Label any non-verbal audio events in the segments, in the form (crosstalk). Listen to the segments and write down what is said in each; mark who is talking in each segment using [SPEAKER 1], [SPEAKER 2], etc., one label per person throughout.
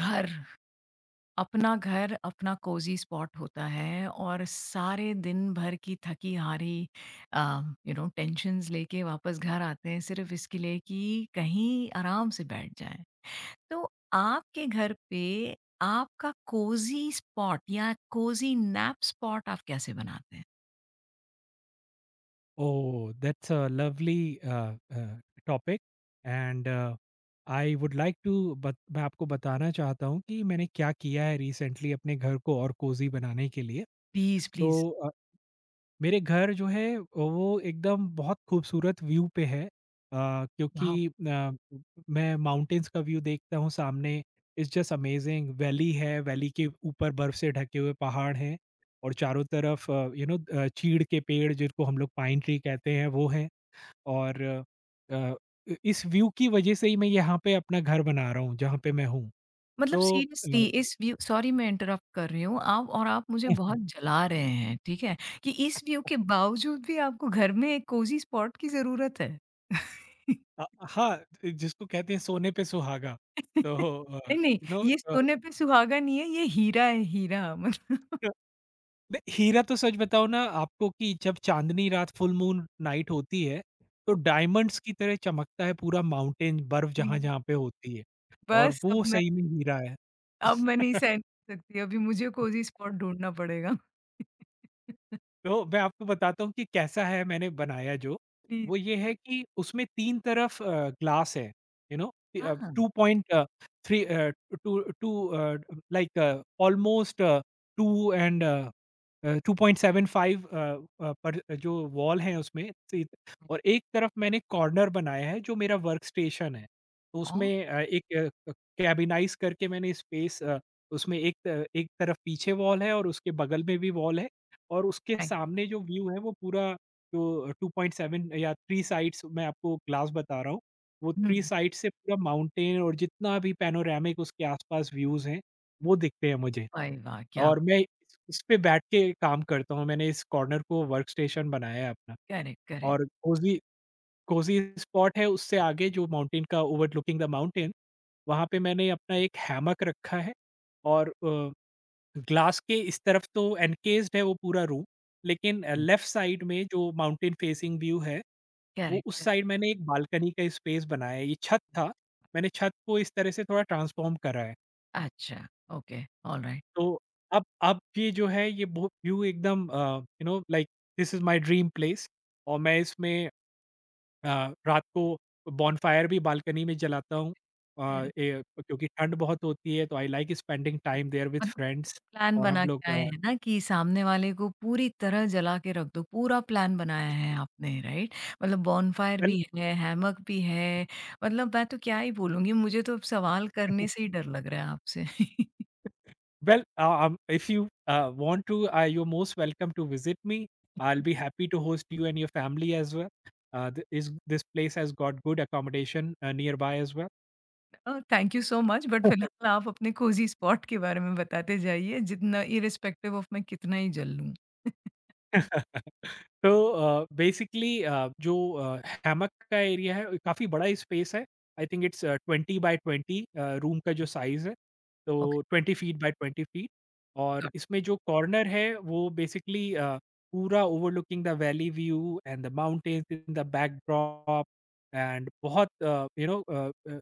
[SPEAKER 1] घर, अपना घर, अपना कोज़ी स्पॉट होता है और सारे दिन भर की थकी-हारी अ, टेंशन्स लेके वापस घर आते हैं सिर्फ़ इसके लिए कि कहीं आराम से बैठ जाएँ। तो आपके घर पे आपका कोज़ी स्पॉट या कोज़ी नैप स्पॉट आप कैसे बनाते हैं?
[SPEAKER 2] Oh, that's a lovely topic and I would like to मैं आपको बताना चाहता हूँ कि मैंने क्या किया है रिसेंटली अपने घर को और कोजी बनाने के लिए।
[SPEAKER 1] प्लीज़,
[SPEAKER 2] तो
[SPEAKER 1] प्लीज़।
[SPEAKER 2] अ, मेरे घर जो है वो एकदम बहुत खूबसूरत व्यू पे है, क्योंकि
[SPEAKER 1] वाओ!
[SPEAKER 2] मैं माउंटेन्स का व्यू देखता हूँ सामने। It's just amazing. वैली है, वैली के ऊपर बर्फ से ढके हुए पहाड़ हैं और चारों तरफ यू नो चीड़ के पेड़ जिनको हम लोग पाइन ट्री कहते हैं वो हैं। और इ इस व्यू की वजह से ही मैं यहाँ पे अपना घर बना रहा हूँ, जहाँ पे मैं हूँ।
[SPEAKER 1] मतलब
[SPEAKER 2] तो
[SPEAKER 1] सीरियसली,
[SPEAKER 2] अ,
[SPEAKER 1] इस व्यू सॉरी, मैं इंटरप्ट कर रही हूँ आप और आप मुझे बहुत
[SPEAKER 2] (laughs)
[SPEAKER 1] जला रहे हैं, ठीक है? कि इस व्यू के बावजूद भी आपको घर में एक कोज़ी स्पॉट की ज़रूरत है। (laughs)
[SPEAKER 2] हाँ, जिसको कहते हैं सोने पे सुहागा। तो अ,
[SPEAKER 1] नहीं, नहीं,
[SPEAKER 2] यू नो
[SPEAKER 1] ये
[SPEAKER 2] अ, अ,
[SPEAKER 1] सोने पे सुहागा नहीं है, ये हीरा है, हीरा मतलब।
[SPEAKER 2] नहीं, हीरा तो सच बताओ ना आपको कि जब चाँदनी रात फुल मून नाइट होती है, तो
[SPEAKER 1] (laughs)
[SPEAKER 2] डायमंड्स की तरह चमकता है पूरा माउंटेन, बर्फ
[SPEAKER 1] प्लीज़,
[SPEAKER 2] जहाँ-जहाँ पे होती है, और
[SPEAKER 1] बस
[SPEAKER 2] वो
[SPEAKER 1] अब मैं
[SPEAKER 2] सही में हीरा है।
[SPEAKER 1] अब मैं नहीं सहन कर सकती, अभी मुझे कोज़ी स्पॉट ढूँढना पड़ेगा। (laughs)
[SPEAKER 2] तो मैं आपको बताता हूँ कि कैसा है मैंने बनाया जो,
[SPEAKER 1] प्लीज़।
[SPEAKER 2] वो ये है कि उसमें 3 तरफ ग्लास है, यू नो।
[SPEAKER 1] हाँ,
[SPEAKER 2] 2 पॉइंट 3, 2 2 लाइक ऑलमोस्ट 2, एंड 2.75 पर जो वॉल है उसमें सीध। और एक तरफ मैंने कॉर्नर बनाया है जो मेरा वर्क स्टेशन है। तो
[SPEAKER 1] ऑलराइट।
[SPEAKER 2] उसमें एक कैबिनाइज़ करके मैंने स्पेस, उसमें एक तरफ पीछे वॉल है और उसके बगल में भी वॉल है, और उसके सामने जो व्यू है वो पूरा, जो 2.7 या 3 साइड्स मैं आपको ग्लास बता रहा हूँ। वो 3
[SPEAKER 1] हुँ,
[SPEAKER 2] साइड से पूरा माउंटेन और जितना भी पैनोरेमिक उसके आस-पास व्यूज़ हैं, वो दिखते हैं मुझे।
[SPEAKER 1] वाह वाह! क्या!
[SPEAKER 2] और मैं इस पे बैठ के काम करता हूँ, मैंने इस कॉर्नर को वर्क स्टेशन बनाया है अपना।
[SPEAKER 1] करेक्ट, करेक्ट,
[SPEAKER 2] और कोज़ी कोज़ी स्पॉट है उससे आगे जो माउंटेन का ओवरलुकिंग द माउंटेन, वहाँ पे मैंने अपना एक हैमक रखा है। और ग्लास के इस तरफ तो एनकेस्ड है वो पूरा रूम, लेकिन
[SPEAKER 1] हुँ,
[SPEAKER 2] लेफ्ट साइड में जो माउंटेन फेसिंग व्यू है, वो
[SPEAKER 1] करेक्ट,
[SPEAKER 2] उस
[SPEAKER 1] करेक्ट।
[SPEAKER 2] साइड मैंने एक बालकनी का स्पेस बनाया है, ये छत था, मैंने छत को इस तरह से थोड़ा ट्रांसफ़ॉर्म करा है।
[SPEAKER 1] अच्छा, ओके, ऑलराइट,
[SPEAKER 2] तो अब ये जो है ये बहुत व्यू एकदम you know like, this is my dream place. और मैं इसमें रात को बॉनफायर भी बालकनी में जलाता
[SPEAKER 1] करेक्ट,
[SPEAKER 2] हूँ। अ,
[SPEAKER 1] करेक्ट।
[SPEAKER 2] ए क्योंकि ठंड बहुत होती है तो I like spending time there with
[SPEAKER 1] मतलब
[SPEAKER 2] फ्रेंड्स।
[SPEAKER 1] प्लान
[SPEAKER 2] और हम
[SPEAKER 1] बना
[SPEAKER 2] लोग
[SPEAKER 1] के आए हैं ना कि सामने वाले को पूरी तरह जला के रख दो, पूरा प्लान बनाया है आपने, राइट? मतलब बॉनफायर
[SPEAKER 2] वेल
[SPEAKER 1] भी है, हैमक भी है, मतलब मैं तो क्या ही बोलूँगी, मुझे तो अब सवाल करने से ही डर लग रहा है आपसे। (laughs)
[SPEAKER 2] Well uh, um if you want to, you are most welcome to visit me. I will be happy to host you and your family as well. Uh, the इस this place has got good accommodation nearby as well.
[SPEAKER 1] Thank you so much, but
[SPEAKER 2] (laughs)
[SPEAKER 1] फिलहाल आप अपने cosy spot के बारे में बताते जाइए, जितना इर्रिस्पेक्टिव ऑफ मैं कितना ही जल लूँ। (laughs)
[SPEAKER 2] (laughs) तो बेसिकली जो हैमक का एरिया है काफ़ी बड़ा स्पेस है। I think it's 20 by 20, room का जो साइज़ है,
[SPEAKER 1] ओके,
[SPEAKER 2] तो 20 फीट बाय 20 फीट। और
[SPEAKER 1] गुड,
[SPEAKER 2] इसमें जो कॉर्नर है वो बेसिकली पूरा overlooking the valley view and the mountains in the backdrop. And बहुत यू नो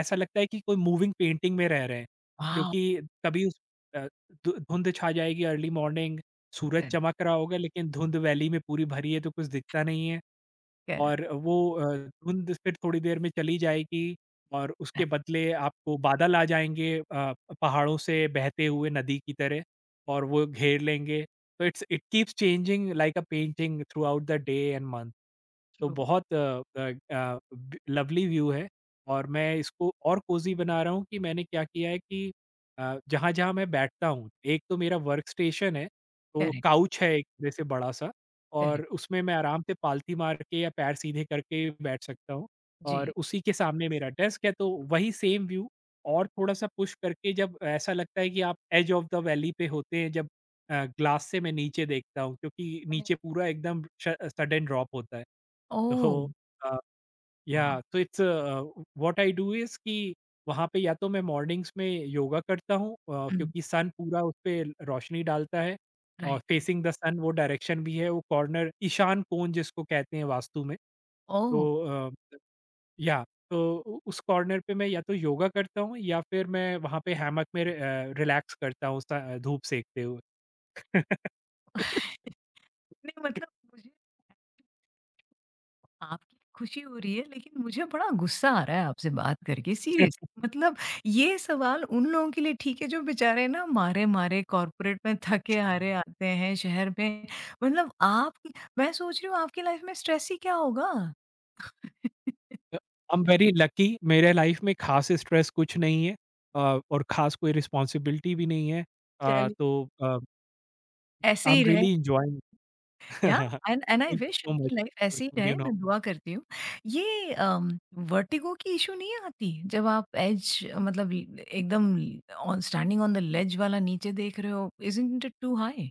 [SPEAKER 2] ऐसा लगता है कि कोई मूविंग पेंटिंग में रह रहे हैं,
[SPEAKER 1] वॉव!
[SPEAKER 2] क्योंकि कभी उस अ, धु धुंध छा जाएगी अर्ली मॉर्निंग, सूरज
[SPEAKER 1] करेक्ट,
[SPEAKER 2] चमक रहा होगा लेकिन धुंध वैली में पूरी भरी है तो कुछ दिखता नहीं है।
[SPEAKER 1] करेक्ट,
[SPEAKER 2] और वो धुंध फिर थोड़ी देर में चली जाएगी, और उसके बदले आपको बादल आ जाएँगे पहाड़ों से बहते हुए नदी की तरह, और वो घेर लेंगे। तो it's it keeps changing like a painting throughout the day and month. तो
[SPEAKER 1] ट्रू,
[SPEAKER 2] बहुत अ अ अ, ब लवली व्यू है। और मैं इसको और कोज़ी बना रहा हूँ कि मैंने क्या किया है कि जहाँ-जहाँ मैं बैठता हूँ, एक तो मेरा वर्क स्टेशन है, तो
[SPEAKER 1] करेक्ट,
[SPEAKER 2] काउच है एक तरह से बड़ा-सा। और
[SPEAKER 1] करेक्ट,
[SPEAKER 2] उसमें मैं आराम से पालथी मार के या पैर सीधे करके बैठ सकता हूँ। और
[SPEAKER 1] जी।
[SPEAKER 2] उसी के सामने मेरा डेस्क है, तो वही सेम व्यू, और थोड़ा-सा पुश करके जब ऐसा लगता है कि आप एज ऑफ द वैली पे होते हैं जब ग्लास से मैं नीचे देखता हूँ, क्योंकि नीचे पूरा एकदम श सडन ड्रॉप होता है।
[SPEAKER 1] ओह!
[SPEAKER 2] तो अ या
[SPEAKER 1] वॉव!
[SPEAKER 2] तो it's what I do is कि वहाँ पे या तो मैं मॉर्निंग्स में योगा करता हूँ,
[SPEAKER 1] हुँ।
[SPEAKER 2] क्योंकि सन पूरा उस पे रोशनी डालता है, और
[SPEAKER 1] right, right.
[SPEAKER 2] Facing the sun वो डायरेक्शन भी है, वो कॉर्नर ईशान कोण जिसको कहते हैं वास्तु में।
[SPEAKER 1] ओह!
[SPEAKER 2] तो अ, या तो उ उस कॉर्नर पे मैं या तो योगा करता हूँ या फिर मैं वहाँ पे हैमक में रिलैक्स करता हूँ स धूप सेकते हुए। (laughs)
[SPEAKER 1] नहीं, मतलब मुझे आपकी खुशी हो रही है, लेकिन मुझे बड़ा गुस्सा आ रहा है आपसे बात करके, सीरियस। मतलब ये सवाल उन लोगों के लिए ठीक है जो बेचारे ना मारे-मारे कॉर्पोरेट में थके-हारे आते हैं शहर में। मतलब आप मैं सोच रही हूँ, आपकी लाइफ में स्ट्रेस ही क्या होगा? (laughs)
[SPEAKER 2] आई एम वेरी लकी, मेरे लाइफ में खास स्ट्रेस कुछ नहीं है, अ, और खास कोई रिस्पॉन्सिबिलिटी भी नहीं है,
[SPEAKER 1] चलिए,
[SPEAKER 2] तो
[SPEAKER 1] ऐसे
[SPEAKER 2] आई एम
[SPEAKER 1] ही रहे।
[SPEAKER 2] Really enjoying. Thank
[SPEAKER 1] ya, and and I
[SPEAKER 2] you
[SPEAKER 1] wish
[SPEAKER 2] so
[SPEAKER 1] आपकी लाइफ ऐसी ही
[SPEAKER 2] मच, यू
[SPEAKER 1] रहे,
[SPEAKER 2] नो।
[SPEAKER 1] मैं दुआ
[SPEAKER 2] (laughs)
[SPEAKER 1] करती हूँ। ये वर्टिगो की इश्यू नहीं आती? जब आप एज, मतलब ल एकदम on standing on the ledge वाला नीचे देख रहे हो, इज़न्ट इट टू हाई?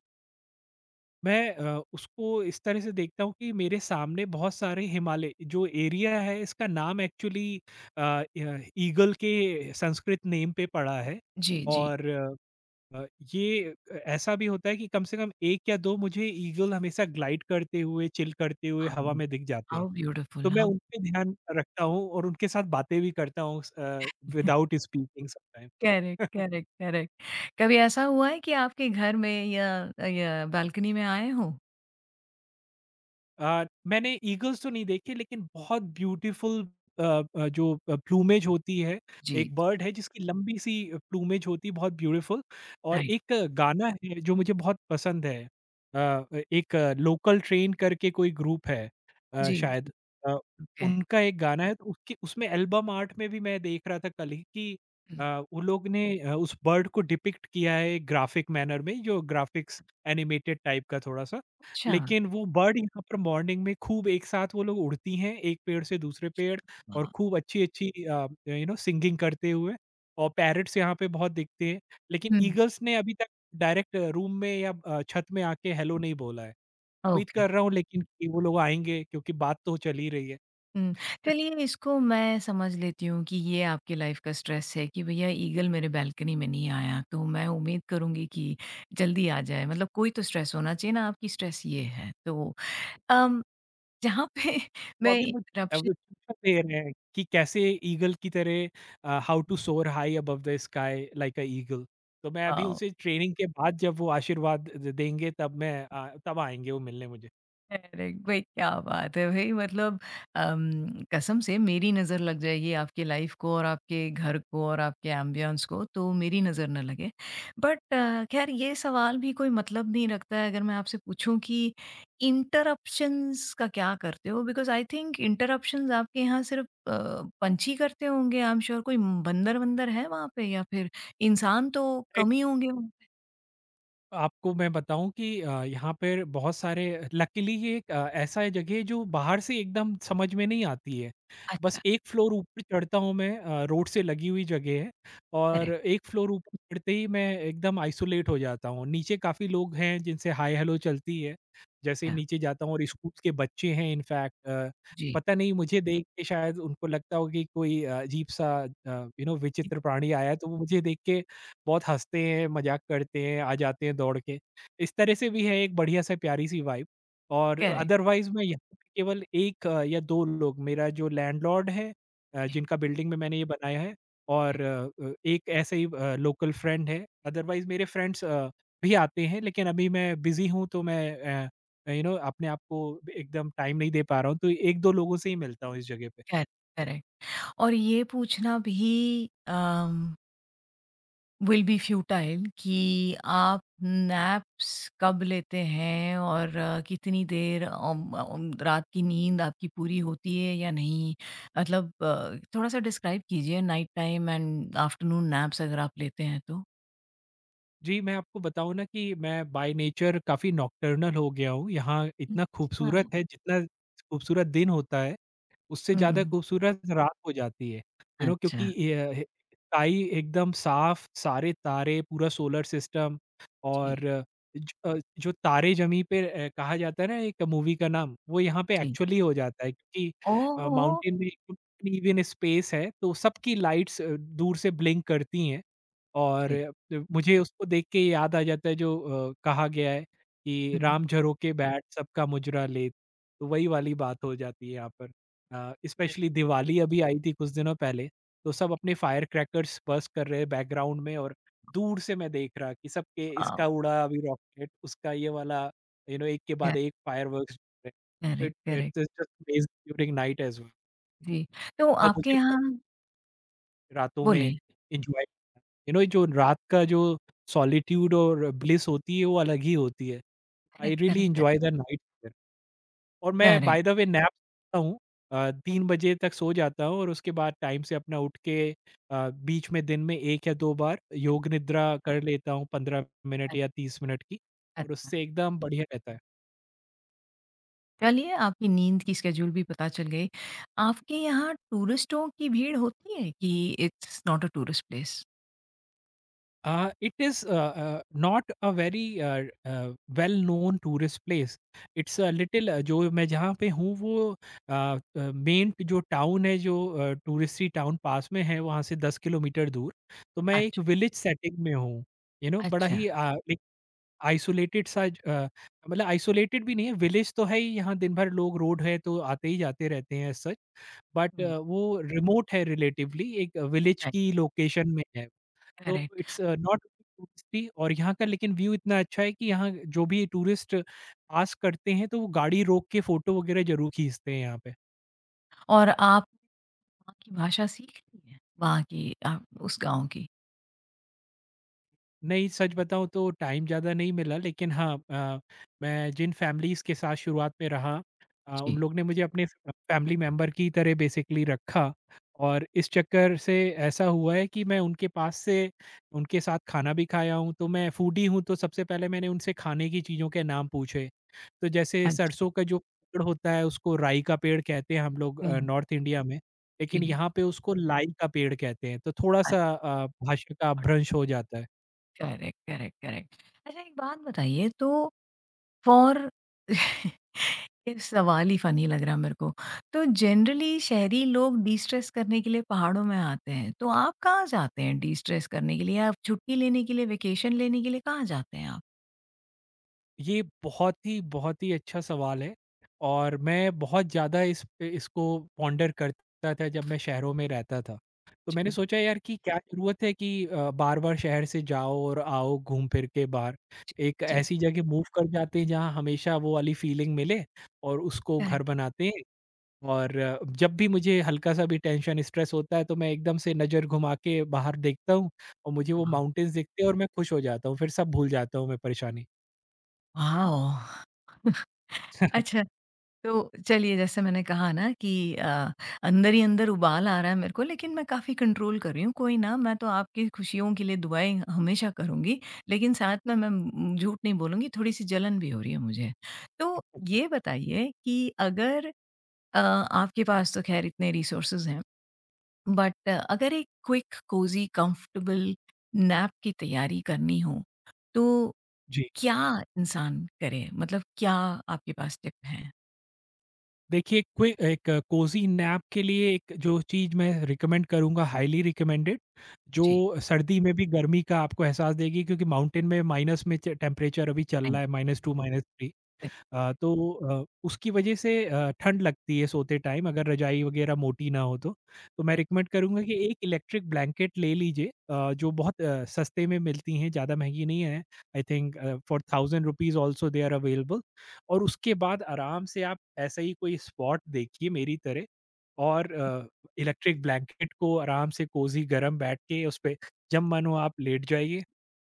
[SPEAKER 2] मैं उसको इस तरह से देखता हूँ कि मेरे सामने बहुत सारे हिमालय, जो एरिया है इसका नाम एक्चुअली ईगल के संस्कृत नेम पे पड़ा है।
[SPEAKER 1] जी, जी।
[SPEAKER 2] और अ, ये ऐसा भी होता है कि कम से कम 1 या 2 मुझे ईगल हमेशा ग्लाइड करते हुए, चिल करते हुए
[SPEAKER 1] हाउ
[SPEAKER 2] हवा में दिख जाते हैं।
[SPEAKER 1] हाउ
[SPEAKER 2] तो
[SPEAKER 1] ब्यूटीफुल,
[SPEAKER 2] मैं
[SPEAKER 1] हाउ
[SPEAKER 2] उन पे ध्यान रखता हूँ और उनके साथ बातें भी करता हूँ, without speaking sometime.
[SPEAKER 1] Correct,
[SPEAKER 2] (laughs)
[SPEAKER 1] correct, correct. कभी ऐसा हुआ है कि आपके घर में या बालकनी में आए हों?
[SPEAKER 2] मैंने ईगल्स तो नहीं देखी, लेकिन बहुत ब्यूटीफुल जो प्लूमेज होती है,
[SPEAKER 1] जी,
[SPEAKER 2] एक बर्ड है जिसकी लंबी सी प्लूमेज होती है बहुत ब्यूटीफुल। और
[SPEAKER 1] राइट।
[SPEAKER 2] एक गाना है जो मुझे बहुत पसंद है। एक लोकल ट्रेन करके कोई ग्रुप है
[SPEAKER 1] जी,
[SPEAKER 2] शायद।
[SPEAKER 1] जी,
[SPEAKER 2] अ,
[SPEAKER 1] ओके।
[SPEAKER 2] उनका एक गाना है तो उसके उसमें एल्बम आर्ट में भी मैं देख रहा था कल ही कि
[SPEAKER 1] हुँ,
[SPEAKER 2] अ, वो लोग ने उस बर्ड को डिपिक्ट किया है ग्राफिक मैनर में, जो ग्राफिक्स एनिमेटेड टाइप का थोड़ा-सा।
[SPEAKER 1] अच्छा।
[SPEAKER 2] लेकिन वो बर्ड यहाँ पर मॉर्निंग में खूब एक साथ वो लोग उड़ती हैं, एक पेड़ से दूसरे पेड़, और
[SPEAKER 1] वाह!
[SPEAKER 2] खूब अच्छी-अच्छी यू नो सिंगिंग करते हुए। और पैरट्स यहाँ पे बहुत दिखते हैं। लेकिन
[SPEAKER 1] हुँ,
[SPEAKER 2] ईगल्स ने अभी तक डायरेक्ट रूम में या छत में आके हेलो नहीं बोला है। उम्मीद
[SPEAKER 1] ओके।
[SPEAKER 2] कर रहा हूँ लेकिन कि वो लोग आएँगे क्योंकि बात तो चल ही रही है।
[SPEAKER 1] हुँ। चलिए, इसको मैं समझ लेती हूँ कि ये आपकी लाइफ़ का स्ट्रेस है कि भैया ईगल मेरे बालकनी में नहीं आया, तो मैं उम्मीद करूँगी कि जल्दी आ जाए। मतलब कोई तो स्ट्रेस होना चाहिए ना, आपकी स्ट्रेस ये है। तो अम, जहाँ पे (laughs)
[SPEAKER 2] वो
[SPEAKER 1] मैं
[SPEAKER 2] अभी मुझे अब
[SPEAKER 1] इंटरप्शन
[SPEAKER 2] वो शिक्षा दे रहे हैं कि कैसे ईगल की तरह how to soar high above the sky like a eagle. तो मैं
[SPEAKER 1] अ
[SPEAKER 2] अभी उनसे ट्रेनिंग के बाद जब वो आशीर्वाद द देंगे, तब आएँगे वो मिलने मुझे।
[SPEAKER 1] अरे भाई, क्या बात है भाई! मतलब कसम से मेरी नज़र लग जाएगी आपकी लाइफ को और आपके घर को और आपके एम्बियंस को, तो मेरी नज़र ना लगे। बट खैर, ये सवाल भी कोई मतलब नहीं रखता है, अगर मैं आपसे पूछूं कि इंटरप्शंस का क्या करते हो? बिकॉज़ आई थिंक इंटरप्शंस आपके यहाँ सिर्फ़ पंछी करते होंगे, आई एम श्योर। कोई बंदर-वंदर है वहाँ पे, या फिर इंसान तो कम ही होंगे वहाँ पे?
[SPEAKER 2] आपको मैं बताऊँ कि यहाँ पर बहुत सारे, लकीली ये एक ऐसा है जगह है जो बाहर से एकदम समझ में नहीं आती है। बस
[SPEAKER 1] अच्छा,
[SPEAKER 2] 1 फ्लोर ऊपर चढ़ता हूँ मैं, रोड से लगी हुई जगह है, और
[SPEAKER 1] करेक्ट,
[SPEAKER 2] 1 फ्लोर ऊपर चढ़ते ही मैं एकदम आइसोलेट हो जाता हूँ। नीचे काफ़ी लोग हैं जिनसे हाय हेलो चलती है। जैसे ही
[SPEAKER 1] हाँ,
[SPEAKER 2] नीचे जाता हूँ और स्कूल के बच्चे हैं इनफैक्ट,
[SPEAKER 1] जी।
[SPEAKER 2] पता नहीं मुझे देख के शायद उनको लगता हो कि कोई अजीब सा यू नो विचित्र प्राणी आया है, तो वो मुझे देख के बहुत हँसते हैं, मज़ाक करते हैं, आ जाते हैं दौड़ के। इस तरह से भी है एक बढ़िया सा प्यारी-सी वाइब। और
[SPEAKER 1] करेक्ट,
[SPEAKER 2] अदरवाइज़ मैं यहाँ पे केवल 1 या 2 लोग, मेरा जो लैंडलॉर्ड है
[SPEAKER 1] जी,
[SPEAKER 2] जिनका बिल्डिंग में मैंने ये बनाया है, और एक ऐसे ही लोकल फ्रेंड है। अदरवाइज़ मेरे फ्रेंड्स भी आते हैं लेकिन अभी मैं बिज़ी हूँ तो मैं यू नो अपने आप को एकदम टाइम नहीं दे पा रहा हूँ, तो 1-2 लोगों से ही मिलता हूँ इस जगह पे।
[SPEAKER 1] Correct, correct. और ये पूछना भी विल बी फ्यूटाइल कि आप नैप्स कब लेते हैं और कितनी देर, अम, अम, रात की नींद आपकी पूरी होती है या नहीं, मतलब थोड़ा सा डिस्क्राइब कीजिए night time and afternoon naps, अगर आप लेते हैं तो।
[SPEAKER 2] जी, मैं आपको बताऊँ ना कि मैं बाय नेचर काफ़ी नॉकटर्नल हो गया हूँ। यहाँ इतना
[SPEAKER 1] अच्छा।
[SPEAKER 2] खूबसूरत है, जितना खूबसूरत दिन होता है, उससे ज़्यादा
[SPEAKER 1] हम्म।
[SPEAKER 2] खूबसूरत रात हो जाती है। यू नो
[SPEAKER 1] अच्छा।
[SPEAKER 2] क्योंकि अ, ह स्काई एकदम साफ, सारे तारे, पूरा सोलर सिस्टम, और
[SPEAKER 1] जी।
[SPEAKER 2] ज अ, जो तारे ज़मीं पे कहा जाता है ना एक मूवी का नाम, वो यहाँ पे
[SPEAKER 1] जी।
[SPEAKER 2] एक्चुअली हो जाता है, क्योंकि
[SPEAKER 1] ओह।
[SPEAKER 2] माउंटेन में एकदम इवन स्पेस है, तो सबकी लाइट्स दूर से ब्लिंक करती हैं। और
[SPEAKER 1] जी।
[SPEAKER 2] मुझे उसको देख के याद आ जाता है जो कहा गया है कि
[SPEAKER 1] हम्म।
[SPEAKER 2] राम झरोके बैठ सबका मुजरा लेत, तो वही वाली बात हो जाती है यहाँ पर।
[SPEAKER 1] Yes।
[SPEAKER 2] स्पेशली दिवाली अभी आई थी कुछ दिनों पहले, तो सब अपने फायर क्रैकर्स बर्स्ट कर रहे हैं बैकग्राउंड में, और दूर से मैं देख रहा कि सबके, इसका उड़ा अभी रॉकेट, उसका ये वाला, यू नो, एक के बाद एक fireworks. It
[SPEAKER 1] correct, correct,
[SPEAKER 2] it's just amazing during night as well.
[SPEAKER 1] जी। तो
[SPEAKER 2] और
[SPEAKER 1] आपके
[SPEAKER 2] मुझे
[SPEAKER 1] यहाँ,
[SPEAKER 2] रातों में
[SPEAKER 1] बोलिए,
[SPEAKER 2] एन्जॉय करना, यू नो, जो रात का जो सॉलिट्यूड और ब्लिस होती है वो अलग ही होती है। I
[SPEAKER 1] correct,
[SPEAKER 2] really
[SPEAKER 1] correct,
[SPEAKER 2] enjoy the night here. और मैं
[SPEAKER 1] correct,
[SPEAKER 2] by the way nap लेता हूँ, 3 बजे तक सो जाता हूँ और उसके बाद टाइम से अपना उठ के, बीच में दिन में 1 या 2 बार योग
[SPEAKER 1] करेक्ट।
[SPEAKER 2] निद्रा कर लेता हूँ, 15 मिनट
[SPEAKER 1] अ,
[SPEAKER 2] या 30 मिनट की, और
[SPEAKER 1] अच्छा।
[SPEAKER 2] उससे एकदम बढ़िया रहता है।
[SPEAKER 1] चलिए, आपकी नींद की शेड्यूल भी पता चल गई। आपके यहाँ टूरिस्टों की भीड़ होती है, कि it's not a tourist place?
[SPEAKER 2] It is not a very well known tourist place. It's a little जो मैं जहाँ पे हूँ वो मेन जो टाउन है, जो टूरिस्टी टाउन पास में है, वहाँ से 10 किलोमीटर दूर। तो मैं एक
[SPEAKER 1] अच्छा,
[SPEAKER 2] विलेज सेटिंग में हूँ, यू नो, बड़ा
[SPEAKER 1] अच्छा।
[SPEAKER 2] ही एक आइसोलेटेड सा मतलब आइसोलेटेड भी नहीं है। विलेज तो है ही, यहाँ दिन भर लोग, रोड है तो आते ही जाते रहते हैं सच। बट
[SPEAKER 1] हुँ,
[SPEAKER 2] वो रिमोट है रिलेटिवली, एक विलेज
[SPEAKER 1] राइट,
[SPEAKER 2] की लोकेशन में है। तो
[SPEAKER 1] करेक्ट।
[SPEAKER 2] इट्स नॉट टूरिस्टी, और यहाँ का लेकिन व्यू इतना अच्छा है कि यहाँ जो भी टूरिस्ट पास करते हैं तो वो गाड़ी रोक के फोटो वगैरह ज़रूर खींचते हैं यहाँ पे।
[SPEAKER 1] और आप वहाँ की भाषा सीख ली है? वहाँ की, उस गाँव की?
[SPEAKER 2] नहीं, सच बताऊँ तो टाइम ज़्यादा नहीं मिला, लेकिन हाँ, मैं जिन फैमिलीज़ के साथ शुरुआत में रहा, उन
[SPEAKER 1] जी,
[SPEAKER 2] लोग ने मुझे अपने फ फैमिली मेंबर की तरह बेसिकली रखा। और इस चक्कर से ऐसा हुआ है कि मैं उनके पास से उनके साथ खाना भी खाया हूँ, तो मैं फूडी हूँ तो सबसे पहले मैंने उनसे खाने की चीज़ों के नाम पूछे। तो जैसे
[SPEAKER 1] अच्छा।
[SPEAKER 2] सरसों का जो पेड़ होता है उसको राई का पेड़ कहते हैं हम लोग
[SPEAKER 1] हुँ,
[SPEAKER 2] नॉर्थ इंडिया में, लेकिन
[SPEAKER 1] जी।
[SPEAKER 2] यहाँ पे उसको लाई का पेड़ कहते हैं, तो
[SPEAKER 1] आई
[SPEAKER 2] थोड़ा-सा भाषा का
[SPEAKER 1] गॉट इट।
[SPEAKER 2] अपभ्रंश हो जाता है।
[SPEAKER 1] Correct, correct, correct. अच्छा, एक बात बताइए तो। फॉर (laughs) ये सवाल ही फनी लग रहा है मेरे को। तो जनरली शहरी लोग डिस्ट्रेस करने के लिए पहाड़ों में आते हैं। तो आप कहाँ जाते हैं डिस्ट्रेस करने के लिए? आप छुट्टी लेने के लिए, वेकेशन लेने के लिए कहाँ जाते हैं आप?
[SPEAKER 2] ये बहुत ही अच्छा सवाल है, और मैं बहुत ज़्यादा इस पे इसको पॉन्डर करता था जब मैं शहरों में रहता था। तो मैंने
[SPEAKER 1] जी,
[SPEAKER 2] सोचा यार कि क्या ज़रूरत है कि बार-बार शहर से जाओ और आओ घूम फिर के बाहर।
[SPEAKER 1] जी,
[SPEAKER 2] एक
[SPEAKER 1] जी।
[SPEAKER 2] ऐसी जगह (laughs) मूव कर जाते हैं जहाँ हमेशा वो वाली फीलिंग मिले, और उसको घर
[SPEAKER 1] करेक्ट।
[SPEAKER 2] बनाते हैं। और जब भी मुझे हल्का-सा भी टेंशन स्ट्रेस होता है तो मैं एकदम से नज़र घुमा के बाहर देखता हूँ, और मुझे वो माउंटेन्स दिखते हैं और मैं खुश हो जाता हूँ, फिर सब भूल जाता हूँ मैं परेशानी।
[SPEAKER 1] वाओ!
[SPEAKER 2] (laughs)
[SPEAKER 1] अच्छा, तो चलिए, जैसे मैंने कहा ना कि अ, अंदर ही अंदर उबाल आ रहा है मेरे को, लेकिन मैं काफ़ी कंट्रोल कर रही हूँ। कोई ना, मैं तो आपकी खुशियों के लिए दुआएँ हमेशा करूँगी, लेकिन साथ में मैं, झूठ नहीं बोलूँगी, थोड़ी-सी जलन भी हो रही है मुझे। तो ये बताइए कि अगर आपके पास तो ख़ैर इतने रिसोर्सेज़ हैं, बट अगर एक क्विक कोज़ी कंफर्टेबल नैप की तैयारी करनी हो, तो
[SPEAKER 2] जी।
[SPEAKER 1] क्या इंसान करे? मतलब क्या आपके पास टिप हैं?
[SPEAKER 2] देखिए, क्वि एक कोज़ी नैप के लिए एक जो चीज़ मैं रिकमेंड करूँगा, हाइली रिकमेंडेड, जो
[SPEAKER 1] जी,
[SPEAKER 2] सर्दी में भी गर्मी का आपको एहसास देगी, क्योंकि माउंटेन में माइनस में च टेम्परेचर अभी चल रहा
[SPEAKER 1] थैंक
[SPEAKER 2] है, -2 -3। तो उसकी वजह से ठंड लगती है सोते टाइम अगर रज़ाई वगैरह मोटी ना हो तो। तो मैं रिकमेंड करूँगा कि एक इलेक्ट्रिक ब्लैंकेट ले लीजिए, जो बहुत सस्ते में मिलती हैं, ज़्यादा महँगी नहीं है। I think 4,000 rupees also they are available, और उसके बाद आराम से आप ऐसा ही कोई स्पॉट देखिए मेरी तरह, और इलेक्ट्रिक ब्लैंकेट को आराम से कोज़ी गरम बैठ के उस पे जब मन हो आप लेट जाइए,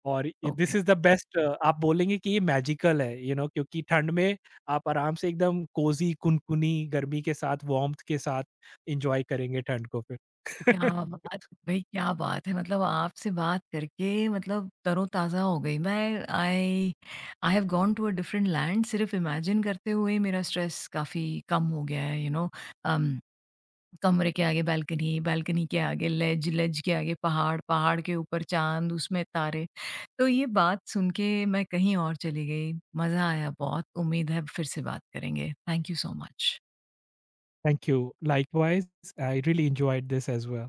[SPEAKER 2] और ये
[SPEAKER 1] okay.
[SPEAKER 2] This is the best. आप बोलेंगे कि ये मैजिकल है, यू you नो know, क्योंकि ठंड में आप आराम से एकदम कोज़ी, कुनकुनी गर्मी के साथ, वार्म्थ के साथ एन्जॉय करेंगे ठंड को फिर।
[SPEAKER 1] क्या
[SPEAKER 2] (laughs)
[SPEAKER 1] बात भाई, क्या बात है! मतलब आपसे बात करके, मतलब तरोताज़ा हो गई मैं। I I have gone to a different land, सिर्फ़ इमेजिन करते हुए मेरा स्ट्रेस काफ़ी कम हो गया है, अम, कमरे के आगे बालकनी, बालकनी के आगे लेज, लेज के आगे पहाड़, पहाड़ के ऊपर चाँद, उसमें तारे। तो ये बात सुन के मैं कहीं और चली गई। मज़ा आया बहुत। उम्मीद है फिर से बात करेंगे। Thank you so much.
[SPEAKER 2] Thank you, likewise. I really enjoyed this as well.